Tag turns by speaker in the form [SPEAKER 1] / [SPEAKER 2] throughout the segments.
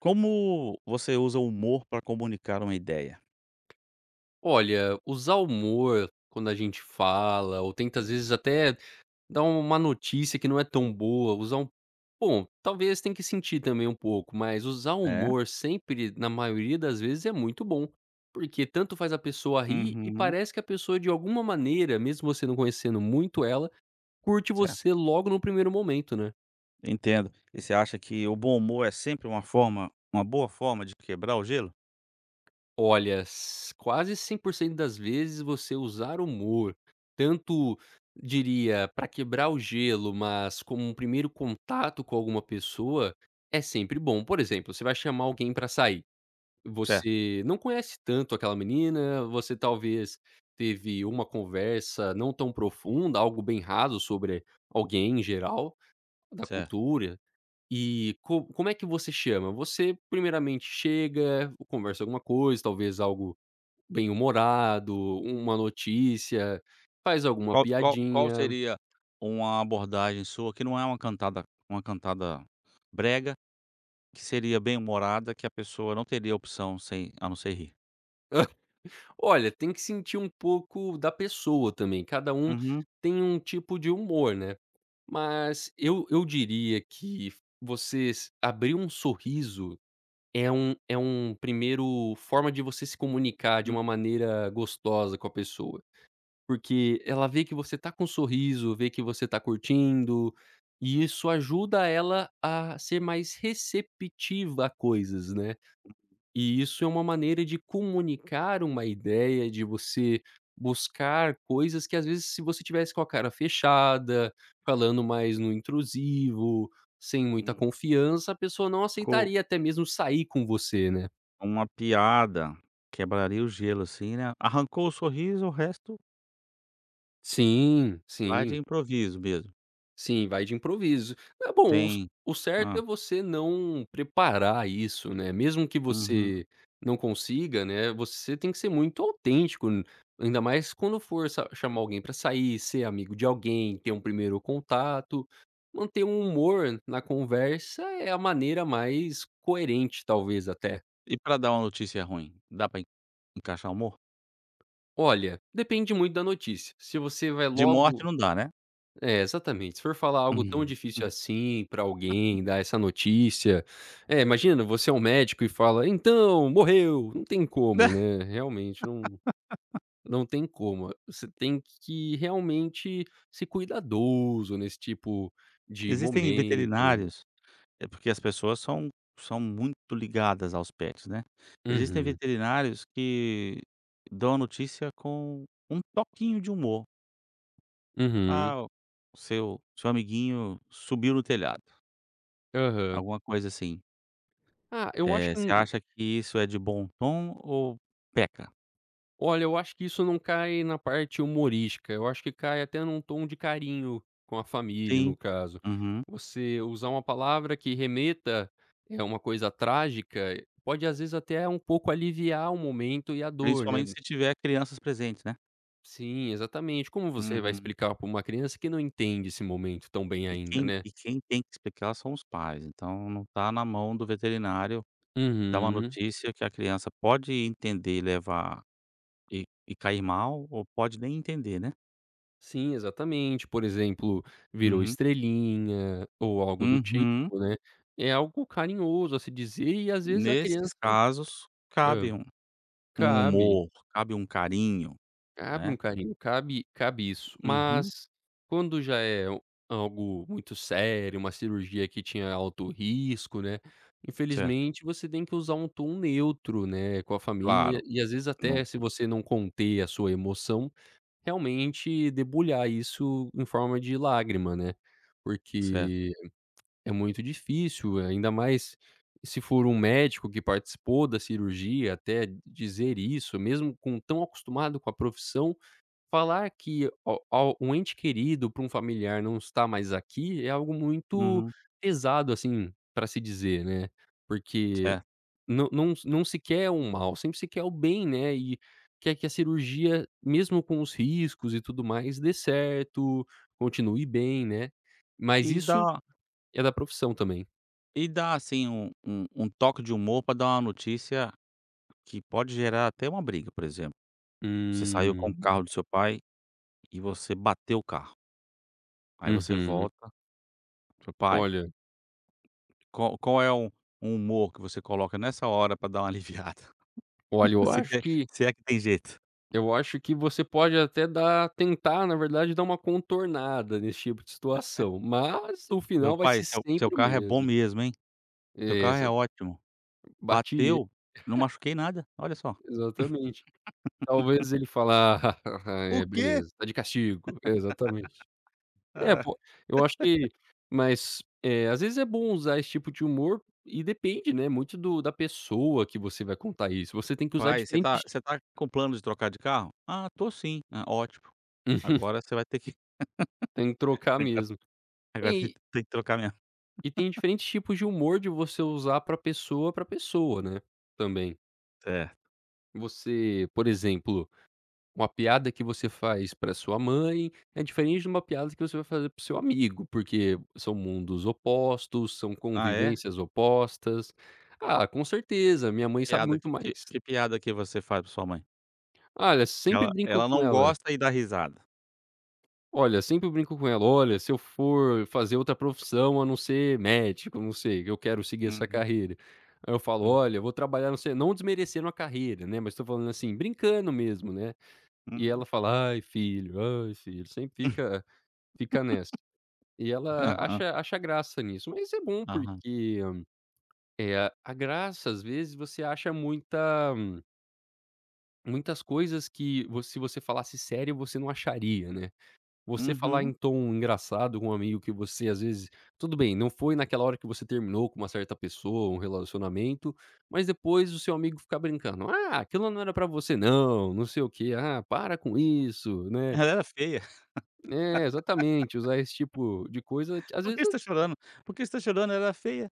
[SPEAKER 1] Como você usa o humor para comunicar uma ideia?
[SPEAKER 2] Olha, usar humor quando a gente fala, ou tenta às vezes até dar uma notícia que não é tão boa, usar um bom, talvez tem que sentir também um pouco, mas usar
[SPEAKER 1] É?
[SPEAKER 2] humor sempre, na maioria das vezes, é muito bom. Porque tanto faz a pessoa rir e
[SPEAKER 1] Uhum,
[SPEAKER 2] parece que a pessoa, de alguma maneira, mesmo você não conhecendo muito ela, curte
[SPEAKER 1] certo,
[SPEAKER 2] você logo no primeiro momento, né?
[SPEAKER 1] entendo. E você acha que o bom humor é sempre uma boa forma de quebrar o gelo?
[SPEAKER 2] Olha, s quase 100% das vezes você usar humor, tanto diria para quebrar o gelo, mas como um primeiro contato com alguma pessoa, é sempre bom. Por exemplo, você vai chamar alguém para sair,
[SPEAKER 1] Certo,
[SPEAKER 2] você não conhece tanto aquela menina, você talvez teve uma conversa não tão profunda, algo bem raso sobre alguém em geral, da
[SPEAKER 1] certo.
[SPEAKER 2] cultura, e co como é que você chama? Você primeiramente chega, conversa alguma coisa, talvez algo bem-humorado, uma notícia, faz alguma
[SPEAKER 1] Qual
[SPEAKER 2] piadinha.
[SPEAKER 1] seria uma abordagem sua que não é uma cantada brega, que seria bem-humorada, que a pessoa não teria opção sem a não ser rir?
[SPEAKER 2] Olha, tem que sentir um pouco da pessoa também, cada um
[SPEAKER 1] Uhum,
[SPEAKER 2] tem um tipo de humor, né. Mas eu diria que você s abrir um sorriso é um primeiro forma de você se comunicar de uma maneira gostosa com a pessoa. Porque ela vê que você tá com um sorriso, vê que você tá curtindo, e isso ajuda ela a ser mais receptiva a coisas, né. E isso é uma maneira de comunicar uma ideia, de você buscar coisas que às vezes se você tivesse com a cara fechada, falando mais no intrusivo, sem muita
[SPEAKER 1] uhum.
[SPEAKER 2] confiança, a pessoa não
[SPEAKER 1] Co
[SPEAKER 2] aceitaria até mesmo sair com você, né.
[SPEAKER 1] Uma piada quebraria o gelo, assim, né. Arrancou o sorriso, o resto
[SPEAKER 2] Sim,
[SPEAKER 1] vai de
[SPEAKER 2] sim.
[SPEAKER 1] improviso mesmo.
[SPEAKER 2] Sim, vai de improviso. É bom,
[SPEAKER 1] Tem.
[SPEAKER 2] o certo
[SPEAKER 1] Hã.
[SPEAKER 2] é você não preparar isso, né, mesmo que
[SPEAKER 1] Uhum.
[SPEAKER 2] você não consiga, né, você tem que ser muito autêntico, ainda mais quando for sa chamar alguém para sair, ser amigo de alguém, ter um primeiro contato, manter um humor na conversa é a maneira mais coerente talvez até.
[SPEAKER 1] E pra dar uma notícia ruim, dá pra en encaixar humor?
[SPEAKER 2] Olha, depende muito da notícia, se você vai
[SPEAKER 1] De morte
[SPEAKER 2] logo.
[SPEAKER 1] não dá, né?
[SPEAKER 2] É, exatamente. Se for falar algo tão
[SPEAKER 1] Hum,
[SPEAKER 2] difícil
[SPEAKER 1] hum.
[SPEAKER 2] assim pra alguém, dar essa notícia é, imagina, você é um médico e fala: "Então, morreu". Não tem como, né, realmente não tem como. Você tem que realmente ser cuidadoso nesse tipo de
[SPEAKER 1] Existem
[SPEAKER 2] momento.
[SPEAKER 1] veterinários, é porque as pessoas são muito ligadas aos pets, né. Existem
[SPEAKER 2] Uhum,
[SPEAKER 1] veterinários que dão a notícia com um toquinho de humor.
[SPEAKER 2] uhum,
[SPEAKER 1] "Ah, o seu amiguinho subiu no telhado",
[SPEAKER 2] aham.
[SPEAKER 1] alguma coisa assim.
[SPEAKER 2] Ah, eu acho que
[SPEAKER 1] Você acha que isso é de bom tom ou peca?
[SPEAKER 2] Olha, eu acho que isso não cai na parte humorística, eu acho que cai até num tom de carinho com a família,
[SPEAKER 1] Sim.
[SPEAKER 2] no caso.
[SPEAKER 1] Uhum.
[SPEAKER 2] Você usar uma palavra que remeta é uma coisa trágica, pode às vezes até um pouco aliviar o momento e a dor, né.
[SPEAKER 1] Principalmente se tiver crianças presentes, né.
[SPEAKER 2] Sim, exatamente. Como você vai
[SPEAKER 1] Uhum.
[SPEAKER 2] explicar para uma criança que não entende esse momento tão bem
[SPEAKER 1] E
[SPEAKER 2] ainda,
[SPEAKER 1] quem
[SPEAKER 2] né?
[SPEAKER 1] e quem tem que explicar são os pais, então não tá na mão do veterinário dar uma
[SPEAKER 2] Uhum.
[SPEAKER 1] notícia que a criança pode entender e levar e cair mal, ou pode nem entender, né.
[SPEAKER 2] Sim, exatamente. Por exemplo, virou
[SPEAKER 1] Uhum.
[SPEAKER 2] estrelinha ou algo do tipo,
[SPEAKER 1] Uhum.
[SPEAKER 2] né. É algo carinhoso a se dizer e às vezes a criança.
[SPEAKER 1] Nesses casos,
[SPEAKER 2] Hã.
[SPEAKER 1] cabe um
[SPEAKER 2] Cabe,
[SPEAKER 1] humor, cabe um carinho,
[SPEAKER 2] cabe
[SPEAKER 1] né.
[SPEAKER 2] um carinho, cabe isso.
[SPEAKER 1] Uhum.
[SPEAKER 2] Mas quando já é o algo muito sério, uma cirurgia que tinha alto risco, né,
[SPEAKER 1] Certo,
[SPEAKER 2] infelizmente você tem que usar um tom neutro, né, com a família
[SPEAKER 1] claro.
[SPEAKER 2] e às vezes
[SPEAKER 1] Não,
[SPEAKER 2] até se você não conter a sua emoção, realmente debulhar isso em forma de lágrima, né,
[SPEAKER 1] certo.
[SPEAKER 2] porque é muito difícil, ainda mais se for um médico que participou da cirurgia, até dizer isso, mesmo com tão acostumado com a profissão, falar que a ao um ente querido para um familiar não está mais aqui é algo muito
[SPEAKER 1] Uhum.
[SPEAKER 2] pesado, assim, para se dizer, né. Porque
[SPEAKER 1] Certo.
[SPEAKER 2] não se quer o mal, sempre se quer o bem, né, e quer que a cirurgia, mesmo com os riscos e tudo mais, dê certo, continue bem, né. Mas
[SPEAKER 1] E
[SPEAKER 2] isso
[SPEAKER 1] dá
[SPEAKER 2] é da profissão também.
[SPEAKER 1] e dá, assim, um toque de humor para dar uma notícia que pode gerar até uma briga. Por exemplo, você saiu com o
[SPEAKER 2] Hum,
[SPEAKER 1] carro do seu pai e você bateu o carro, aí você
[SPEAKER 2] uhum.
[SPEAKER 1] volta pro pai,
[SPEAKER 2] Olha
[SPEAKER 1] qual qual é o humor que você coloca nessa hora para dar uma aliviada?
[SPEAKER 2] olha, eu
[SPEAKER 1] Se
[SPEAKER 2] acho
[SPEAKER 1] tem
[SPEAKER 2] que
[SPEAKER 1] Se é que tem jeito.
[SPEAKER 2] eu acho que você pode até dar tentar, na verdade, dar uma contornada nesse tipo de situação, mas o
[SPEAKER 1] Meu
[SPEAKER 2] final vai
[SPEAKER 1] pai,
[SPEAKER 2] ser
[SPEAKER 1] seu
[SPEAKER 2] sempre o
[SPEAKER 1] carro é bom
[SPEAKER 2] mesmo.
[SPEAKER 1] mesmo, hein, seu
[SPEAKER 2] É,
[SPEAKER 1] carro é
[SPEAKER 2] Exa
[SPEAKER 1] ótimo,
[SPEAKER 2] bati ele
[SPEAKER 1] bateu, não machuquei nada, olha só.
[SPEAKER 2] exatamente. Talvez ele falar:
[SPEAKER 1] "O
[SPEAKER 2] "É,
[SPEAKER 1] quê?"
[SPEAKER 2] beleza, tá de castigo". Exatamente. É,
[SPEAKER 1] "Ah,
[SPEAKER 2] pô, eu acho que mas, é às vezes é bom usar esse tipo de humor e depende, né, muito do da pessoa que você vai contar isso, você tem que usar
[SPEAKER 1] pai, você
[SPEAKER 2] diferentes.
[SPEAKER 1] tá você tá com plano de trocar de carro?" "Ah, tô sim." "Ah, ótimo, agora você vai ter que
[SPEAKER 2] Tem que trocar
[SPEAKER 1] agora
[SPEAKER 2] mesmo.
[SPEAKER 1] agora você
[SPEAKER 2] E
[SPEAKER 1] tem que trocar mesmo."
[SPEAKER 2] e tem diferentes tipos de humor de você usar pra pessoa, né, também.
[SPEAKER 1] É.
[SPEAKER 2] Você, por exemplo, uma piada que você faz pra sua mãe é diferente de uma piada que você vai fazer para seu amigo, porque são mundos opostos, são
[SPEAKER 1] "Ah, é?
[SPEAKER 2] convivências opostas. Ah, com certeza, minha
[SPEAKER 1] Que
[SPEAKER 2] mãe sabe
[SPEAKER 1] piada
[SPEAKER 2] muito
[SPEAKER 1] que
[SPEAKER 2] mais.
[SPEAKER 1] que piada que você faz pra sua mãe?
[SPEAKER 2] Olha,
[SPEAKER 1] Que
[SPEAKER 2] sempre
[SPEAKER 1] ela
[SPEAKER 2] brinco
[SPEAKER 1] ela
[SPEAKER 2] com
[SPEAKER 1] não
[SPEAKER 2] ela
[SPEAKER 1] gosta e dá risada.
[SPEAKER 2] Olha, sempre eu brinco com ela: "Olha, se eu for fazer outra profissão a não ser médico, não sei, que eu quero seguir essa
[SPEAKER 1] Uhum,
[SPEAKER 2] carreira". Aí eu falo:
[SPEAKER 1] hum,
[SPEAKER 2] "Olha, eu vou trabalhar não sei" não desmerecendo a carreira, né, mas tô falando assim, brincando mesmo, né. E
[SPEAKER 1] uhum.
[SPEAKER 2] ela fala: ai filho", sempre fica nessa. E ela
[SPEAKER 1] Aham,
[SPEAKER 2] acha graça nisso, mas é bom
[SPEAKER 1] aham.
[SPEAKER 2] porque, é a graça, às vezes, você acha muitas coisas que vo se você falasse sério, você não acharia, né. Você falar em
[SPEAKER 1] Uhum.
[SPEAKER 2] tom engraçado com um amigo que você às vezes tudo bem, não foi naquela hora que você terminou com uma certa pessoa, um relacionamento, mas depois o seu amigo ficar brincando: "Ah, aquilo não era pra você não, não sei o quê, ah, para com isso", né.
[SPEAKER 1] Ela era feia.
[SPEAKER 2] É, exatamente, usar esse tipo de coisa às
[SPEAKER 1] "Por
[SPEAKER 2] vezes
[SPEAKER 1] que você tá chorando? Por que você tá chorando? Ela era feia".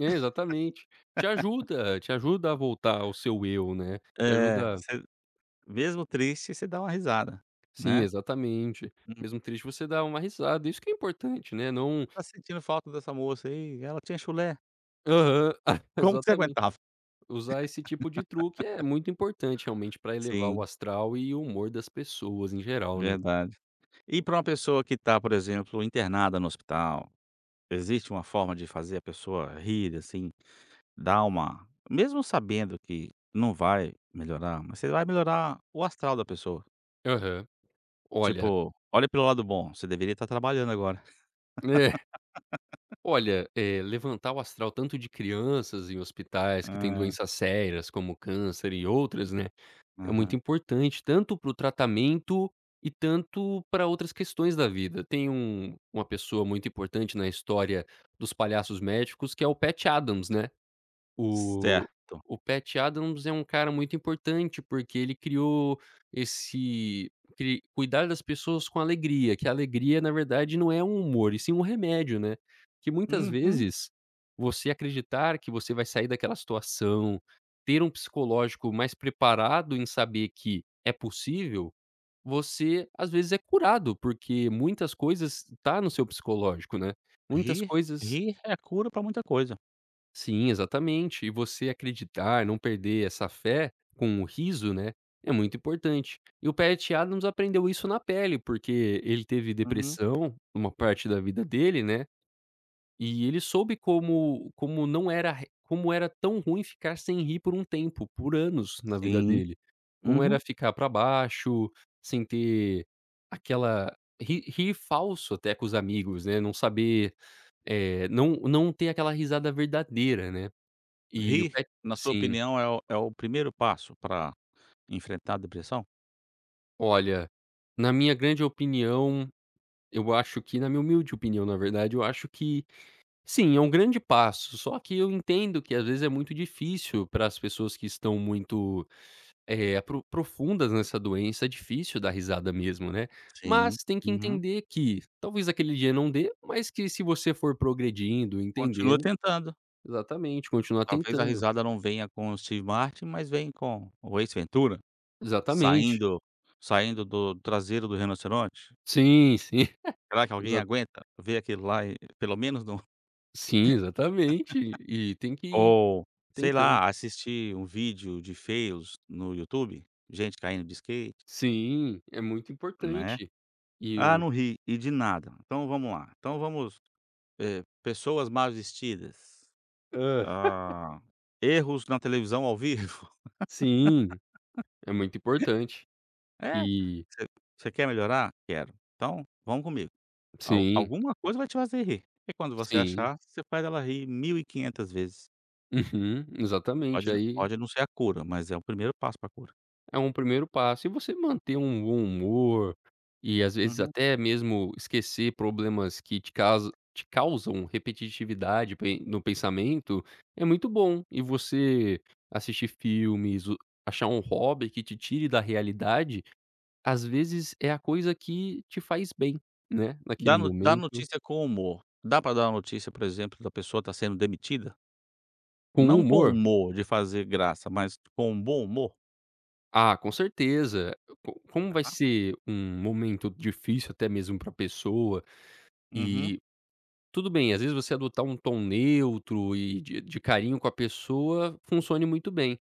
[SPEAKER 2] é, exatamente. Te ajuda a voltar ao seu eu, né, te
[SPEAKER 1] É,
[SPEAKER 2] ajuda,
[SPEAKER 1] você mesmo triste, você dá uma risada,
[SPEAKER 2] sim,
[SPEAKER 1] né.
[SPEAKER 2] exatamente.
[SPEAKER 1] "Hum,
[SPEAKER 2] Mesmo triste, você dá uma risada, isso que é importante, né, não,
[SPEAKER 1] tá sentindo falta dessa moça aí, ela tinha chulé".
[SPEAKER 2] aham,
[SPEAKER 1] Como que você
[SPEAKER 2] exatamente.
[SPEAKER 1] aguentava?
[SPEAKER 2] Usar esse tipo de truque é muito importante realmente para elevar o
[SPEAKER 1] Sim,
[SPEAKER 2] astral e o humor das pessoas em geral, né.
[SPEAKER 1] verdade. E para uma pessoa que está, por exemplo, internada no hospital, existe uma forma de fazer a pessoa rir, assim? Dá, uma mesmo sabendo que não vai melhorar, mas você vai melhorar o astral da pessoa.
[SPEAKER 2] Aham. Olha,
[SPEAKER 1] Tipo, olha pelo lado bom, você deveria estar trabalhando agora.
[SPEAKER 2] é, olha, levantar o astral tanto de crianças em hospitais que têm
[SPEAKER 1] Hã,
[SPEAKER 2] doenças sérias como câncer e outras, né, é muito
[SPEAKER 1] aham.
[SPEAKER 2] importante tanto para o tratamento e tanto para outras questões da vida. Tem uma pessoa muito importante na história dos palhaços médicos que é o Patch Adams, né. O
[SPEAKER 1] Certo.
[SPEAKER 2] o Patch Adams é um cara muito importante, porque ele criou esse cri cuidar das pessoas com alegria, que a alegria na verdade não é um humor, e sim um remédio, né. Que muitas
[SPEAKER 1] Uhum.
[SPEAKER 2] vezes, você acreditar que você vai sair daquela situação, ter um psicológico mais preparado em saber que é possível, você às vezes é curado, porque muitas coisas tá no seu psicológico, né. Muitas
[SPEAKER 1] Rir
[SPEAKER 2] coisas.
[SPEAKER 1] rir é a cura pra muita coisa.
[SPEAKER 2] Sim, exatamente. E você acreditar, não perder essa fé com o riso, né, é muito importante. E o Patch Adams aprendeu isso na pele, porque ele teve
[SPEAKER 1] Uhum.
[SPEAKER 2] depressão uma parte da vida dele, né, e ele soube como como não era re como era tão ruim ficar sem rir por um tempo, por anos na vida
[SPEAKER 1] Sim.
[SPEAKER 2] dele. Como
[SPEAKER 1] Uhum.
[SPEAKER 2] era ficar pra baixo, sem ter aquela rir falso até com os amigos, né, não saber, não ter aquela risada verdadeira, né. E o
[SPEAKER 1] Rir,
[SPEAKER 2] pet
[SPEAKER 1] na sua
[SPEAKER 2] sim.
[SPEAKER 1] opinião, é o primeiro passo pra enfrentar a depressão?
[SPEAKER 2] Olha, na minha grande opinião, na minha humilde opinião, na verdade, eu acho que sim, é um grande passo, só que eu entendo que às vezes é muito difícil para as pessoas que estão muito, profundas nessa doença, é difícil dar risada mesmo, né. Mas
[SPEAKER 1] Sim.
[SPEAKER 2] tem que
[SPEAKER 1] Uhum.
[SPEAKER 2] entender que talvez aquele dia não dê, mas que se você for progredindo,
[SPEAKER 1] Continua
[SPEAKER 2] entendendo
[SPEAKER 1] tentando.
[SPEAKER 2] exatamente, continuar
[SPEAKER 1] Talvez a
[SPEAKER 2] tentando.
[SPEAKER 1] risada não venha com o Steve Martin, mas vem com o Ace Ventura.
[SPEAKER 2] Exatamente.
[SPEAKER 1] Saindo saindo do traseiro do rinoceronte?
[SPEAKER 2] Sim, sim.
[SPEAKER 1] Será que alguém
[SPEAKER 2] Exa
[SPEAKER 1] aguenta ver aquilo lá e pelo menos não
[SPEAKER 2] sim, exatamente. E tem que
[SPEAKER 1] ou, sei
[SPEAKER 2] Tentando.
[SPEAKER 1] lá, assistir um vídeo de fails no YouTube, gente caindo de skate,
[SPEAKER 2] Sim, é muito
[SPEAKER 1] né.
[SPEAKER 2] importante. E
[SPEAKER 1] Ah,
[SPEAKER 2] o
[SPEAKER 1] não ri, e de nada. Então vamos lá, então vamos, pessoas mal vestidas,
[SPEAKER 2] Hã.
[SPEAKER 1] ah, erros na televisão ao vivo.
[SPEAKER 2] Sim, é muito importante.
[SPEAKER 1] É,
[SPEAKER 2] E
[SPEAKER 1] você quer melhorar? Quero, então vamos comigo. Al
[SPEAKER 2] sim,
[SPEAKER 1] Alguma coisa vai te fazer rir. E quando você
[SPEAKER 2] sim.
[SPEAKER 1] achar, você faz ela rir 1.500 vezes.
[SPEAKER 2] Uhum, exatamente.
[SPEAKER 1] Pode
[SPEAKER 2] Aí
[SPEAKER 1] pode não ser a cura, mas é o primeiro passo pra cura.
[SPEAKER 2] é um primeiro passo. E você manter um bom humor e, às vezes,
[SPEAKER 1] Uhum.
[SPEAKER 2] até mesmo esquecer problemas que te causam repetitividade pen no pensamento, é muito bom. E você assistir filmes, o achar um hobby que te tire da realidade. Às vezes é a coisa que te faz bem, né, naquele
[SPEAKER 1] Dá no Dá
[SPEAKER 2] momento.
[SPEAKER 1] notícia com humor. Dá para dar uma notícia, por exemplo, da pessoa tá sendo demitida?
[SPEAKER 2] Com
[SPEAKER 1] Não com
[SPEAKER 2] humor,
[SPEAKER 1] humor de fazer graça, mas com um bom humor?
[SPEAKER 2] ah, com certeza. Co como vai
[SPEAKER 1] Dá.
[SPEAKER 2] ser um momento difícil até mesmo para a pessoa,
[SPEAKER 1] Uhum.
[SPEAKER 2] e tudo bem, às vezes você adotar um tom neutro e de carinho com a pessoa funcione muito bem.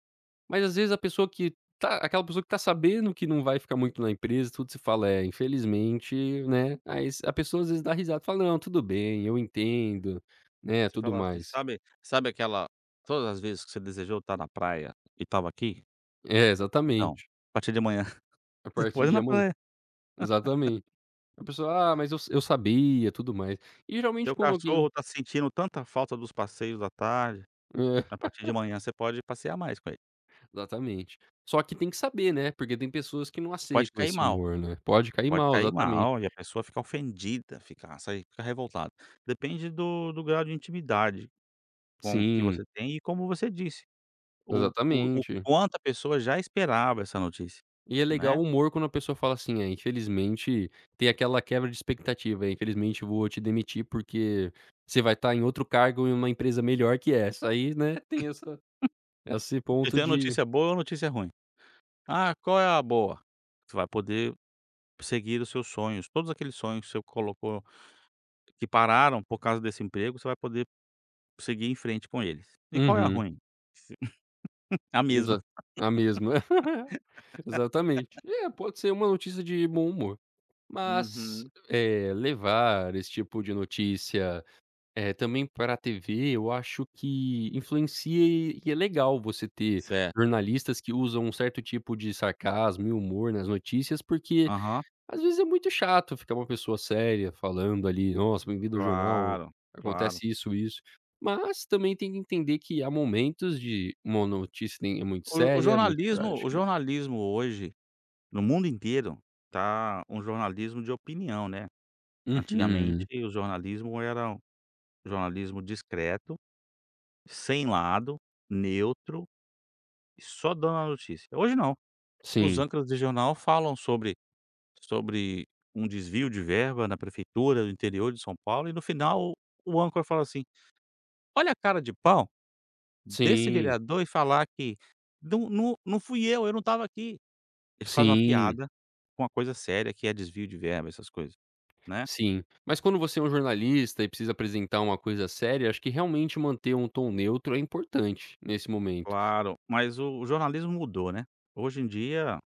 [SPEAKER 2] Mas às vezes a pessoa que tá aquela pessoa que tá sabendo que não vai ficar muito na empresa tudo, se fala: "É, infelizmente", né, aí a pessoa às vezes dá risada, fala: "Não, tudo bem, eu entendo", né,
[SPEAKER 1] Você
[SPEAKER 2] tudo
[SPEAKER 1] fala assim:
[SPEAKER 2] mais.
[SPEAKER 1] "Sabe aquela todas as vezes que você desejou estar na praia e estava aqui?
[SPEAKER 2] É,
[SPEAKER 1] Então,
[SPEAKER 2] exatamente.
[SPEAKER 1] a partir de amanhã,
[SPEAKER 2] A
[SPEAKER 1] você
[SPEAKER 2] partir
[SPEAKER 1] pode ir
[SPEAKER 2] de
[SPEAKER 1] na
[SPEAKER 2] amanhã.
[SPEAKER 1] praia.
[SPEAKER 2] Exatamente. A pessoa: "Ah, mas eu s eu sabia", tudo mais. E geralmente
[SPEAKER 1] Seu
[SPEAKER 2] quando
[SPEAKER 1] cachorro
[SPEAKER 2] alguém
[SPEAKER 1] está sentindo tanta falta dos passeios da tarde". A
[SPEAKER 2] é,
[SPEAKER 1] partir de manhã você pode passear mais com ele.
[SPEAKER 2] exatamente. Só que tem que saber, né, porque tem pessoas que não
[SPEAKER 1] Pode
[SPEAKER 2] aceitam
[SPEAKER 1] cair
[SPEAKER 2] esse
[SPEAKER 1] mal,
[SPEAKER 2] humor, né. Pode cair
[SPEAKER 1] pode
[SPEAKER 2] mal,
[SPEAKER 1] cair
[SPEAKER 2] exatamente.
[SPEAKER 1] mal e a pessoa fica ofendida, fica revoltada. Depende do grau de intimidade com que
[SPEAKER 2] Sim,
[SPEAKER 1] você tem e, como você disse, o
[SPEAKER 2] exatamente.
[SPEAKER 1] quanto a pessoa já esperava essa notícia,
[SPEAKER 2] E é legal
[SPEAKER 1] né.
[SPEAKER 2] o humor quando a pessoa fala assim: "É, infelizmente" tem aquela quebra de expectativa, "É, infelizmente vou te demitir porque você vai estar em outro cargo em uma empresa melhor que essa". Aí, né, tem essa esse
[SPEAKER 1] E
[SPEAKER 2] ponto
[SPEAKER 1] tem a
[SPEAKER 2] de
[SPEAKER 1] notícia boa ou notícia ruim. Ah, qual é a boa? Você vai poder seguir os seus sonhos, todos aqueles sonhos que você colocou, que pararam por causa desse emprego, você vai poder seguir em frente com eles. E qual é a
[SPEAKER 2] uhum.
[SPEAKER 1] ruim? A mesma.
[SPEAKER 2] Exa A mesma. Exatamente. É, pode ser uma notícia de bom humor, mas,
[SPEAKER 1] Uhum.
[SPEAKER 2] levar esse tipo de notícia, também pra TV, eu acho que influencia e é legal você ter
[SPEAKER 1] Certo.
[SPEAKER 2] jornalistas que usam um certo tipo de sarcasmo e humor nas notícias, porque
[SPEAKER 1] Aham,
[SPEAKER 2] às vezes é muito chato ficar uma pessoa séria falando ali: "Nossa, bem-vindo ao jornal,
[SPEAKER 1] claro, claro.
[SPEAKER 2] acontece isso, isso". Mas também tem que entender que há momentos de uma notícia nem é muito
[SPEAKER 1] O o
[SPEAKER 2] séria, muito
[SPEAKER 1] jornalismo o
[SPEAKER 2] trágica.
[SPEAKER 1] jornalismo hoje, no mundo inteiro, tá um jornalismo de opinião, né. Antigamente,
[SPEAKER 2] Uhum.
[SPEAKER 1] o jornalismo era um jornalismo discreto, sem lado, neutro, e só dando a notícia. Hoje não, os
[SPEAKER 2] Sim,
[SPEAKER 1] âncoras de jornal falam sobre um desvio de verba na prefeitura do interior de São Paulo e, no final, o âncora fala assim: "Olha a cara de pau". Desse
[SPEAKER 2] sim,
[SPEAKER 1] vereador, e falar que: "Não, não, não fui eu não estava aqui". Ele faz uma
[SPEAKER 2] sim,
[SPEAKER 1] piada com uma coisa séria, que é desvio de verba, essas coisas, né.
[SPEAKER 2] sim. Mas quando você é um jornalista e precisa apresentar uma coisa séria, acho que realmente manter um tom neutro é importante nesse momento.
[SPEAKER 1] Claro, mas o jornalismo mudou, né. Hoje em dia,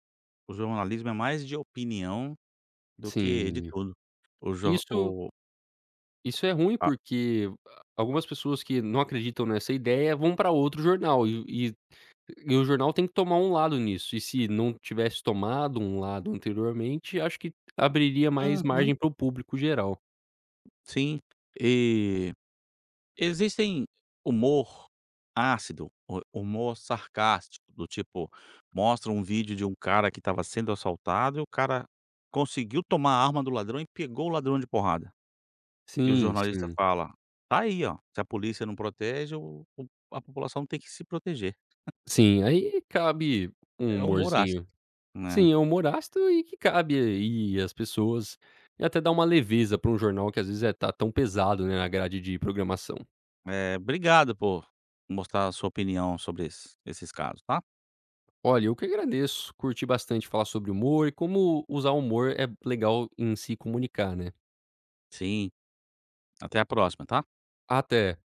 [SPEAKER 1] o jornalismo é mais de opinião do que de
[SPEAKER 2] Sim.
[SPEAKER 1] tudo. O jor
[SPEAKER 2] Isso
[SPEAKER 1] o
[SPEAKER 2] isso é ruim,
[SPEAKER 1] a
[SPEAKER 2] porque, ah, algumas pessoas que não acreditam nessa ideia vão para outro jornal e e o jornal tem que tomar um lado nisso, e se não tivesse tomado um lado anteriormente, acho que abriria mais
[SPEAKER 1] Uhum,
[SPEAKER 2] margem para o público geral.
[SPEAKER 1] sim. E existem humor ácido, hu humor sarcástico, do tipo, mostra um vídeo de um cara que estava sendo assaltado e o cara conseguiu tomar a arma do ladrão e pegou o ladrão de porrada. E o
[SPEAKER 2] Sim,
[SPEAKER 1] jornalista
[SPEAKER 2] sim.
[SPEAKER 1] fala: "Tá aí, ó, se a polícia não protege, o a população tem que se proteger".
[SPEAKER 2] Sim, aí cabe um
[SPEAKER 1] É humor
[SPEAKER 2] humorzinho.
[SPEAKER 1] ácido, né.
[SPEAKER 2] Sim, é um humor ácido e que cabe aí as pessoas, e até dá uma leveza para um jornal que às vezes tá tão pesado, né, na grade de programação.
[SPEAKER 1] É obrigado por mostrar a sua opinião sobre esses casos, tá.
[SPEAKER 2] Olha, eu que agradeço, curti bastante falar sobre humor e como usar o humor é legal em se comunicar, né.
[SPEAKER 1] Sim, até a próxima, tá.
[SPEAKER 2] Até.